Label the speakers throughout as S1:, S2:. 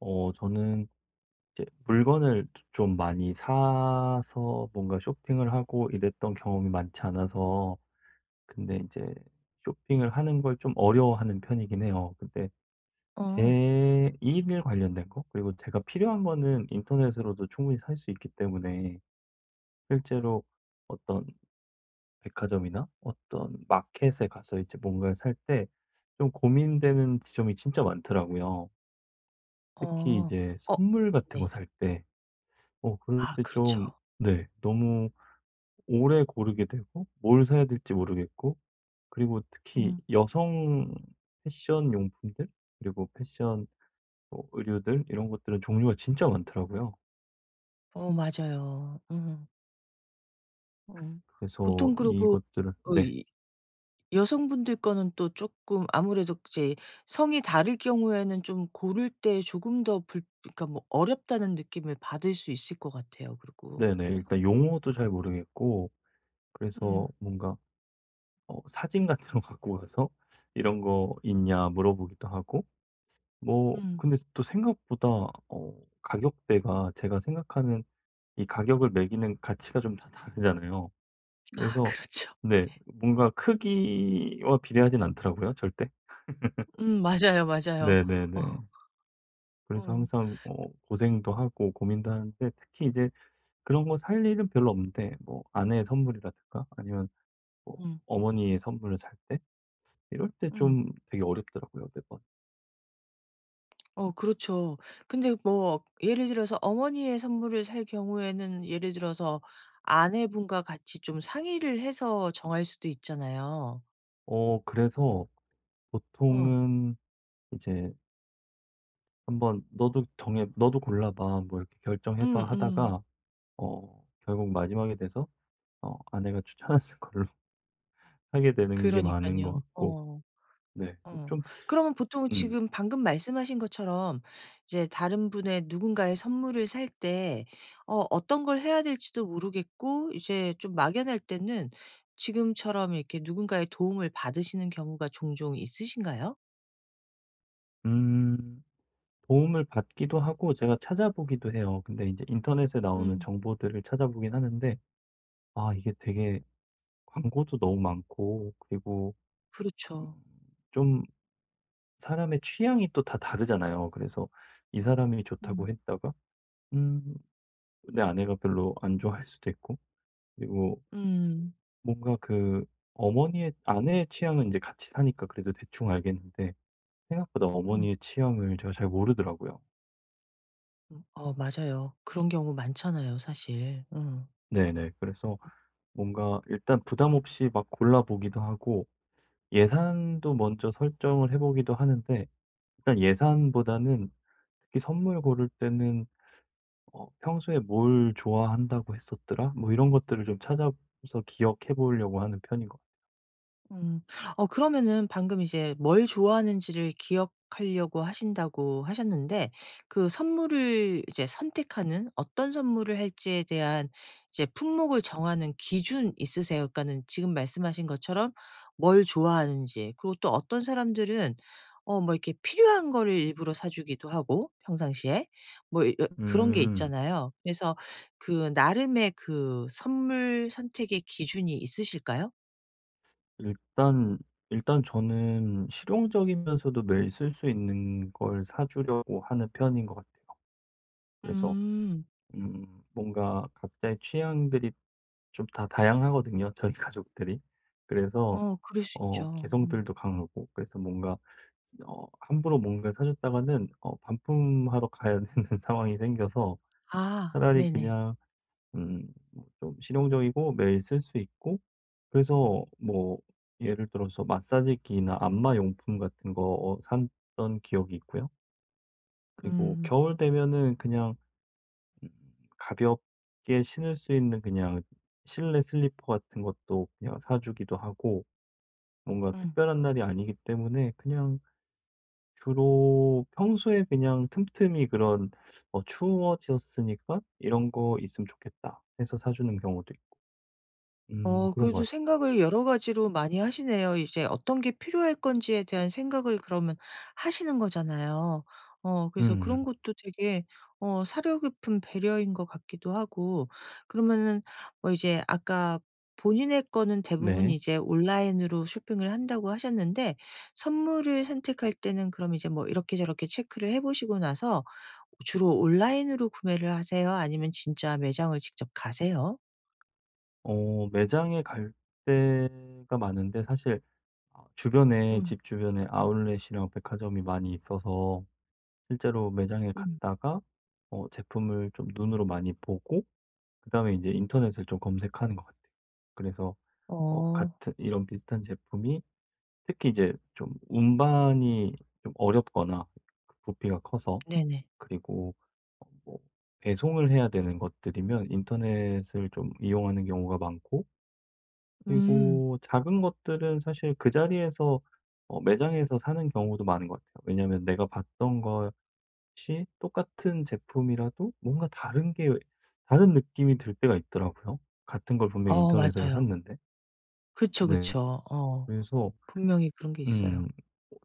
S1: 저는 이제 물건을 좀 많이 사서 뭔가 쇼핑을 하고 이랬던 경험이 많지 않아서. 근데 이제 쇼핑을 하는 걸 좀 어려워하는 편이긴 해요. 근데
S2: 어.
S1: 제 일 관련된 거 그리고 제가 필요한 거는 인터넷으로도 충분히 살 수 있기 때문에 실제로 어떤 백화점이나 어떤 마켓에 가서 이제 뭔가를 살 때 좀 고민되는 지점이 진짜 많더라고요. 특히
S2: 어.
S1: 이제
S2: 어.
S1: 선물 같은
S2: 네.
S1: 거살때 그럴
S2: 아,
S1: 때
S2: 그렇죠.
S1: 좀. 네. 너무 오래 고르게 되고 뭘 사야 될지 모르겠고 그리고 특히
S2: 음.
S1: 여성 패션 용품들 그리고 패션 뭐 의류들 이런 것들은 종류가 진짜 많더라고요.
S2: 어, 맞아요. 음. 음.
S1: 그래서
S2: 보통 그러고
S1: 이것들을.
S2: 어
S1: 네.
S2: 이 여성분들 거는 또 쪼끔 아무래도 이제 성이 다를 경우에는 좀 고를 때 조금 더 불 그러니까 뭐 어렵다는 느낌을 받을 수 있을 것 같아요, 그러고.
S1: 네네. 일단 용어도 잘 모르겠고 그래서
S2: 음.
S1: 뭔가 사진 같은 거 갖고 가서 "이런 거 있냐?" 물어보기도 하고. 뭐
S2: 음.
S1: 근데 또 생각보다 가격대가 제가 생각하는 이 가격을 매기는 가치가 좀 다 다르잖아요.
S2: 아,
S1: 그래서.
S2: 그렇죠.
S1: 네. 뭔가 크기와 비례하진 않더라고요 절대.
S2: 음, 맞아요, 맞아요.
S1: 네네네.
S2: 어.
S1: 그래서
S2: 음.
S1: 항상 고생도 하고 고민도 하는데 특히 이제 그런 거 살 일은 별로 없는데 뭐 아내의 선물이라든가 아니면 뭐
S2: 음.
S1: 어머니의 선물을 살 때 이럴 때
S2: 음.
S1: 좀 되게 어렵더라고요 매번.
S2: 어, 그렇죠. 근데 뭐, 예를 들어서 어머니의 선물을 살 경우에는 예를 들어서 아내분과 같이 좀 상의를 해서 정할 수도 있잖아요.
S1: 그래서
S2: 어.
S1: 보통은 이제 "한번 너도 정해 너도 골라 봐." 뭐 이렇게 "결정해 봐."
S2: 음음.
S1: 하다가 결국 마지막에 돼서 아내가 추천하는 걸로 하게
S2: 그
S1: 되는
S2: 러
S1: 게
S2: 니까
S1: 많은 것
S2: 요
S1: 같고.
S2: 어.
S1: 네.
S2: 어.
S1: 좀.
S2: 그러면 보통
S1: 음.
S2: 지금 방금 말씀하신 것처럼 이제 다른 분의 누군가의 선물을 살 때 어떤 걸 해야 될지도 모르겠고 이제 좀 막연할 때는 지금처럼 이렇게 누군가의 도움을 받으시는 경우가 종종 있으신가요?
S1: 음 도움을 받기도 하고 제가 찾아보기도 해요. 근데 이제 인터넷에 나오는
S2: 음.
S1: 정보들을 찾아보긴 하는데 아 이게 되게 광고도 너무 많고 그리고 음
S2: 그렇죠.
S1: 좀 사람의 취향이 또 다 다르잖아요. 그래서 이 사람이
S2: 음.
S1: 좋다고 했다가 음 내 아내가 별로 안 좋아할 수도 있고 그리고
S2: 음.
S1: 뭔가 그 어머니의 아내의 취향은 이제 같이 사니까 그래도 대충 알겠는데 생각보다
S2: 음.
S1: 어머니의 취향을 제가 잘 모르더라고요.
S2: 음. 어, 맞아요. 그런 경우 많잖아요, 사실. 음.
S1: 네네. 그래서 뭔가 일단 부담 없이 막 골라보기도 하고 예산도 먼저 설정을 해 보기도 하는데 일단 예산보다는 특히 선물 고를 때는 '평소에 뭘 좋아한다고 했었더라?' 뭐 이런 것들을 좀 찾아서 기억해 보려고 하는 편인 것
S2: 음. 어, 그러면은 방금 이제 뭘 좋아하는지를 기억하려고 하신다고 하셨는데 그 선물을 이제 선택하는, 어떤 선물을 할지에 대한 이제 품목을 정하는 기준 있으세요? 그러니까는 지금 말씀하신 것처럼 뭘 좋아하는지, 그리고 또 어떤 사람들은 뭐 이렇게 필요한 거를 일부러 사주기도 하고 평상시에, 뭐 이 어
S1: 같아요.
S2: 그런 게 있잖아요. 그래서 그 나름의 그 선물 선택의 기준이 있으실까요?
S1: 일단 일단 저는 실용적이면서도 매일 쓸 수 있는 걸 사 주려고 하는 편인 것 같아요. 그래서
S2: 음.
S1: 뭔가 각자의 취향들이 좀 다 다양하거든요, 저희 가족들이. 그래서
S2: 어, 그럴 수 있죠. 음.
S1: 개성들도 강하고 그래서 뭔가 함부로 뭔가 사 줬다가는 반품하러 가야 되는 상황이 생겨서
S2: 아,
S1: 차라리
S2: 네네.
S1: 그냥 뭐좀 실용적이고 매일 쓸 수 있고 그래서 뭐 예를 들어서 마사지기나 안마 용품 같은 거 샀던 기억이 있고요. 그리고
S2: 음.
S1: 겨울 되면은 그냥 음 가볍게 신을 수 있는 그냥 실내 슬리퍼 같은 것도 그냥 사 주기도 하고 뭔가
S2: 음.
S1: 특별한 날이 아니기 때문에 그냥 주로 평소에 그냥 틈틈이 그런 '어 추워졌으니까 이런 거 있으면 좋겠다.' 해서 사 주는 경우도 있고.
S2: 어,
S1: 그런 것
S2: 그래도
S1: 같아요.
S2: 생각을 여러 가지로 많이 하시네요. 이제 어떤 게 필요할 건지에 대한 생각을 그러면 하시는 거잖아요. 어, 그래서 그런
S1: 음.
S2: 것도 되게 어 사려 깊은 배려인 것 같기도 하고. 그러면은, 뭐 이제 아까 본인의 거는 대부분
S1: 네.
S2: 이제 온라인으로 쇼핑을 한다고 하셨는데, 선물을 선택할 때는 그럼 이제 뭐 이렇게 저렇게 체크를 해 보시고 나서 주로 온라인으로 구매를 하세요? 아니면 진짜 매장을 직접 가세요?
S1: 매장에 갈 때가 많은데 사실 주변에
S2: 음.
S1: 집 주변에 아울렛이랑 백화점이 많이 있어서 실제로 매장에
S2: 음.
S1: 갔다가 제품을 좀 눈으로 많이 보고 그다음에 이제 인터넷을 좀 검색하는 것 같아요. 그래서
S2: 어.
S1: 같은 이런 비슷한 제품이 특히 이제 좀 운반이 좀 어렵거나 그 부피가 커서
S2: 네네.
S1: 그리고 뭐 배송을 해야 되는 것들이면 인터넷을 좀 이용하는 경우가 많고
S2: 음.
S1: 그리고 작은 것들은 사실 그 자리에서 매장에서 사는 경우도 많은 것 같아요. 왜냐하면 내가 봤던 거 혹시 똑같은 제품이라도 뭔가 다른 게 다른 느낌이 들 때가 있더라고요. 같은 걸 분명히
S2: 어,
S1: 인터넷으로
S2: 맞아요.
S1: 샀는데.
S2: 그쵸,
S1: 네.
S2: 그쵸. 어.
S1: 그래서
S2: 분명히 그런 게 있어요.
S1: 음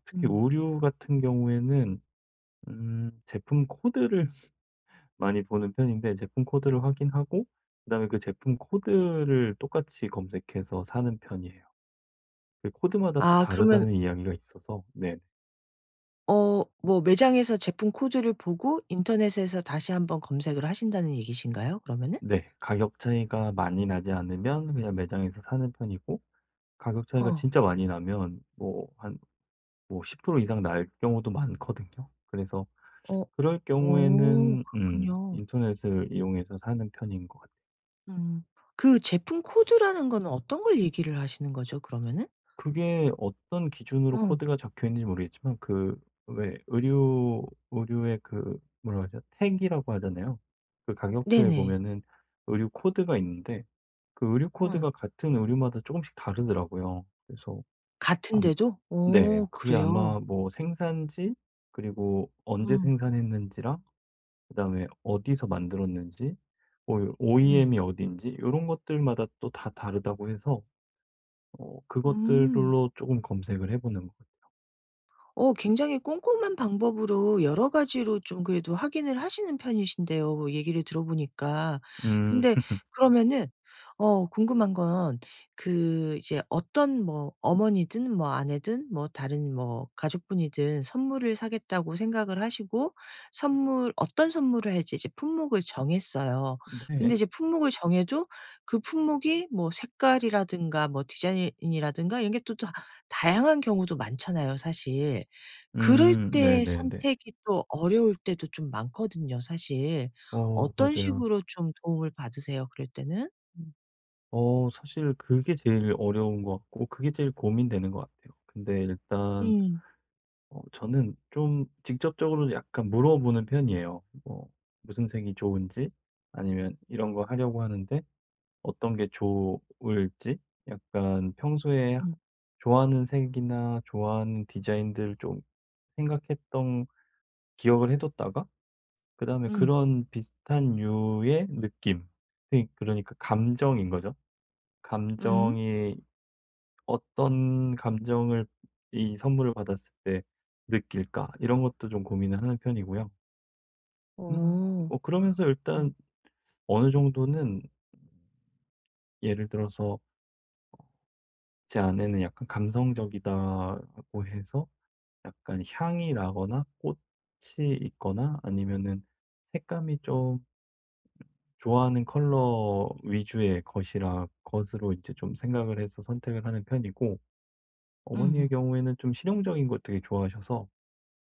S1: 특히
S2: 음.
S1: 우류 같은 경우에는 제품 코드를 많이 보는 편인데 제품 코드를 확인하고 그다음에 그 제품 코드를 똑같이 검색해서 사는 편이에요. 그 코드마다 또
S2: 아, 그러면
S1: 다르다는 이야기가 있어서. 네네.
S2: 어 뭐 매장에서 제품 코드를 보고 인터넷에서 다시 한번 검색을 하신다는 얘기신가요? 그러면은?
S1: 네. 가격 차이가 많이 나지 않으면 그냥 매장에서 사는 편이고 가격 차이가
S2: 어.
S1: 진짜 많이 나면 뭐 한 뭐 10% 이상 날 경우도 많거든요. 그래서
S2: 어.
S1: 그럴
S2: 어,
S1: 경우에는
S2: 그렇군요.
S1: 인터넷을 이용해서 사는 편인 것 같아요.
S2: 음. 그 제품 코드라는 거는 어떤 걸 얘기를 하시는 거죠, 그러면은?
S1: 그게 어떤 기준으로
S2: 어.
S1: 코드가 적혀 있는지 모르겠지만 그 왜 의류의 그 뭐라 그죠택이라고 하잖아요. 그 가격표에
S2: 네네.
S1: 보면은 의류 코드가 있는데 그 의류
S2: 어.
S1: 코드가 같은 의류마다 조금씩 다르더라고요. 그래서 안.
S2: 같은데도?
S1: 네.
S2: 어,
S1: 그게
S2: 그래요?
S1: 아마 뭐 생산지 그리고 언제
S2: 음.
S1: 생산했는지랑 그다음에 어디서 만들었는지 뭐오
S2: 음.
S1: OEM이 어딘지 이런 것들마다 또 다 다르다고 해서
S2: 음.
S1: 그것들로 조금 검색을 해 보는 것 같아요.
S2: 어, 굉장히 꼼꼼한 방법으로 여러 가지로 좀 그래도 확인을 하시는 편이신데요, 뭐 얘기를 들어보니까.
S1: 음.
S2: 근데 그러면은 어 궁금한 건, 그 이제 어떤 뭐 어머니든 뭐 아내든 뭐 다른 뭐 가족분이든 선물을 사겠다고 생각을 하시고 선물, 어떤 선물을 할지 이제 품목을 정했어요. 근데
S1: 네.
S2: 이제 품목을 정해도 그 품목이 뭐 색깔이라든가 뭐 디자인이라든가 이런 게 또 다 다양한 경우도 많잖아요, 사실. 그럴
S1: 음.
S2: 때
S1: 네네네.
S2: 선택이 또 어려울 때도 좀 많거든요, 사실.
S1: 어
S2: 어떤
S1: 맞아요.
S2: 식으로 좀 도움을 받으세요, 그럴 때는? 음.
S1: 사실 그게 제일 어려운 것 같고 그게 제일 고민되는 것 같아요. 근데 일단
S2: 음.
S1: 저는 좀 직접적으로 약간 물어보는 편이에요. 뭐 무슨 색이 좋은지 아니면 이런 거 하려고 하는데 어떤 게 좋을지 약간 평소에 하
S2: 음.
S1: 좋아하는 색이나 좋아하는 디자인들 좀 생각했던 기억을 해 뒀다가 그다음에
S2: 음.
S1: 그런 비슷한 유의 느낌. 그, 그러니까 감정인 거죠.
S2: 음.
S1: 감정이 어떤 감정을 이 선물을 받았을 때 느낄까? 이런 것도 좀 고민을 하는 편이고요. 음
S2: 어.
S1: 뭐 그러면서
S2: 어.
S1: 일단 어느 정도는 예를 들어서 제 아내는 약간 감성적이다고 해서 약간 향이 나거나 꽃이 있거나 아니면은 색감이 좀 좋아하는 컬러 위주의 것이라 것으로 이제 좀 생각을 해서 선택을 하는 편이고 어머니의
S2: 음음.
S1: 경우에는 좀 실용적인 것 되게 좋아하셔서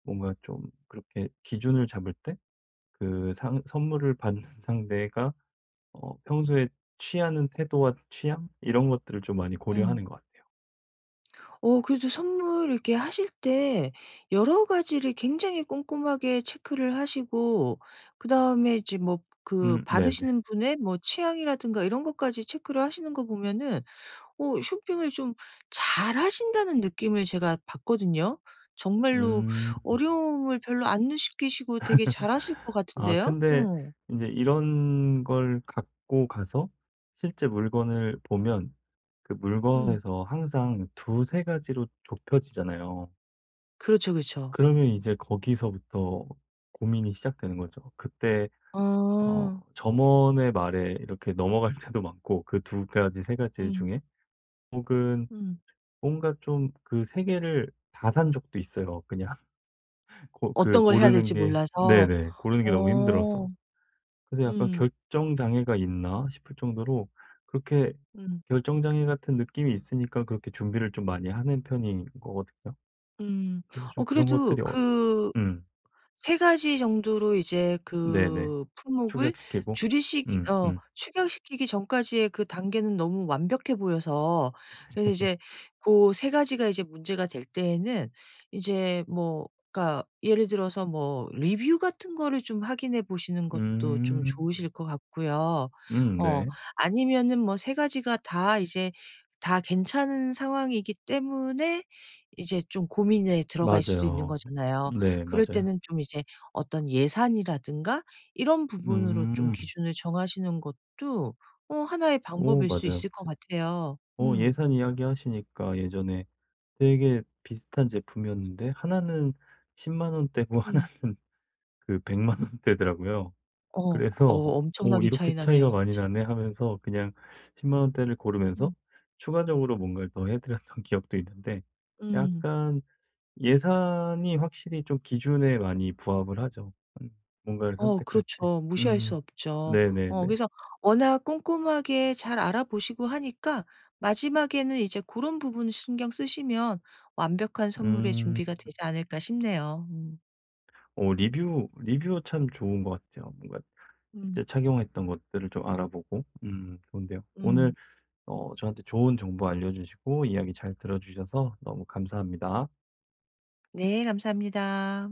S1: 뭔가 좀 그렇게 기준을 잡을 때 그 상 선물을 받는 상대가 평소에 취하는 태도와 취향 이런 것들을 좀 많이
S2: 음.
S1: 고려하는 것 같아요.
S2: 어, 그래도 선물 이렇게 하실 때 여러 가지를 굉장히 꼼꼼하게 체크를 하시고, 그다음에 이제 뭐 그
S1: 음. 네네.
S2: 받으시는 분의 뭐 취향이라든가 이런 것까지 체크를 하시는 거 보면은 어 쇼핑을 좀 잘하신다는 느낌을 제가 받거든요. 정말로
S1: 음.
S2: 어려움을 별로 안 느끼시고 되게 잘하실 것
S1: 아
S2: 같은데요.
S1: 근데
S2: 어.
S1: 이제 이런 걸 갖고 가서 실제 물건을 보면 그
S2: 음.
S1: 물건에서 항상 두세 가지로 좁혀지잖아요.
S2: 그렇죠, 그렇죠.
S1: 그러면 이제 거기서부터 고민이 시작되는 거죠. 그때
S2: 어.
S1: 점원의 말에 이렇게 넘어갈 때도 많고. 그 두 가지 세 가지
S2: 음.
S1: 중에 혹은
S2: 음.
S1: 뭔가 좀 그 세 개를 다 산 적도 있어요. 그냥 고 그
S2: 어떤 걸 해야
S1: 고르는
S2: 될지
S1: 게.
S2: 몰라서.
S1: 네네. 고르는 게 너무
S2: 어.
S1: 힘들어서. 그래서 약간
S2: 음.
S1: '결정 장애가 있나?' 싶을 정도로 그렇게
S2: 음.
S1: 결정 장애 같은 느낌이 있으니까 그렇게 준비를 좀 많이 하는 편인 거거든요.
S2: 음.
S1: 그래서
S2: 어,
S1: 좀 그런
S2: 그래도
S1: 것들이 어렵죠.
S2: 그
S1: 음.
S2: 세 가지 정도로 이제
S1: 네네.
S2: 그 품목을
S1: 축약시키고.
S2: 줄이시
S1: 음.
S2: 어
S1: 음.
S2: 축약시키기 전까지의 그 단계는 너무 완벽해 보여서, 그래서 이제 고 세 가지가 이제 문제가 될 때에는 이제 뭐 그러니까 예를 들어서 뭐 리뷰 같은 거를 좀 확인해 보시는 것도 좀 좋으실
S1: 음.
S2: 것 같고요.
S1: 음.
S2: 어,
S1: 네.
S2: 아니면은 뭐 세 가지가 다 이제 다 괜찮은 상황이기 때문에 이제 좀 고민에 들어갈 수도 있는
S1: 맞아요.
S2: 거잖아요.
S1: 네
S2: 그럴
S1: 맞아요.
S2: 때는 좀 이제 어떤 예산이라든가 이런 부분으로 좀
S1: 음.
S2: 기준을 정하시는 것도 어 하나의
S1: 오
S2: 방법일 수
S1: 맞아요.
S2: 있을 것
S1: 그
S2: 같아요.
S1: 어
S2: 음.
S1: 예산 이야기 하시니까 예전에 되게 비슷한 제품이었는데 하나는 10원대고
S2: 음.
S1: 하나는 그 100원대더라고요.
S2: 어, 그 어
S1: 그래서 '오
S2: 엄청나게
S1: 이렇게
S2: 차이
S1: 차이가
S2: 나네요,
S1: 많이
S2: 진짜.
S1: 나네.' 하면서 그냥 10원대를 고르면서
S2: 음.
S1: 추가적으로 뭔가를 더해 드렸던 기억도 있는데
S2: 음.
S1: 약간 예산이 확실히 좀 기준에 많이 부합을 하죠. 음 뭔가를
S2: 어,
S1: 선택할 때.
S2: 그렇죠. 무시할 수
S1: 음.
S2: 없죠. 어,
S1: 네네네.
S2: 그래서 워낙 꼼꼼하게 잘 알아보시고 하니까 마지막에는 이제 고런 부분 신경 쓰시면 완벽한 선물의
S1: 음.
S2: 준비가 되지 않을까 싶네요. 음.
S1: 리뷰 참 좋은 것 같아요. 뭔가 실제
S2: 음.
S1: 착용했던 것들을 좀 알아보고. 좋은데요. 오늘
S2: 음.
S1: 저한테 좋은 정보 알려주시고 이야기 잘 들어주셔서 너무 감사합니다.
S2: 네, 감사합니다.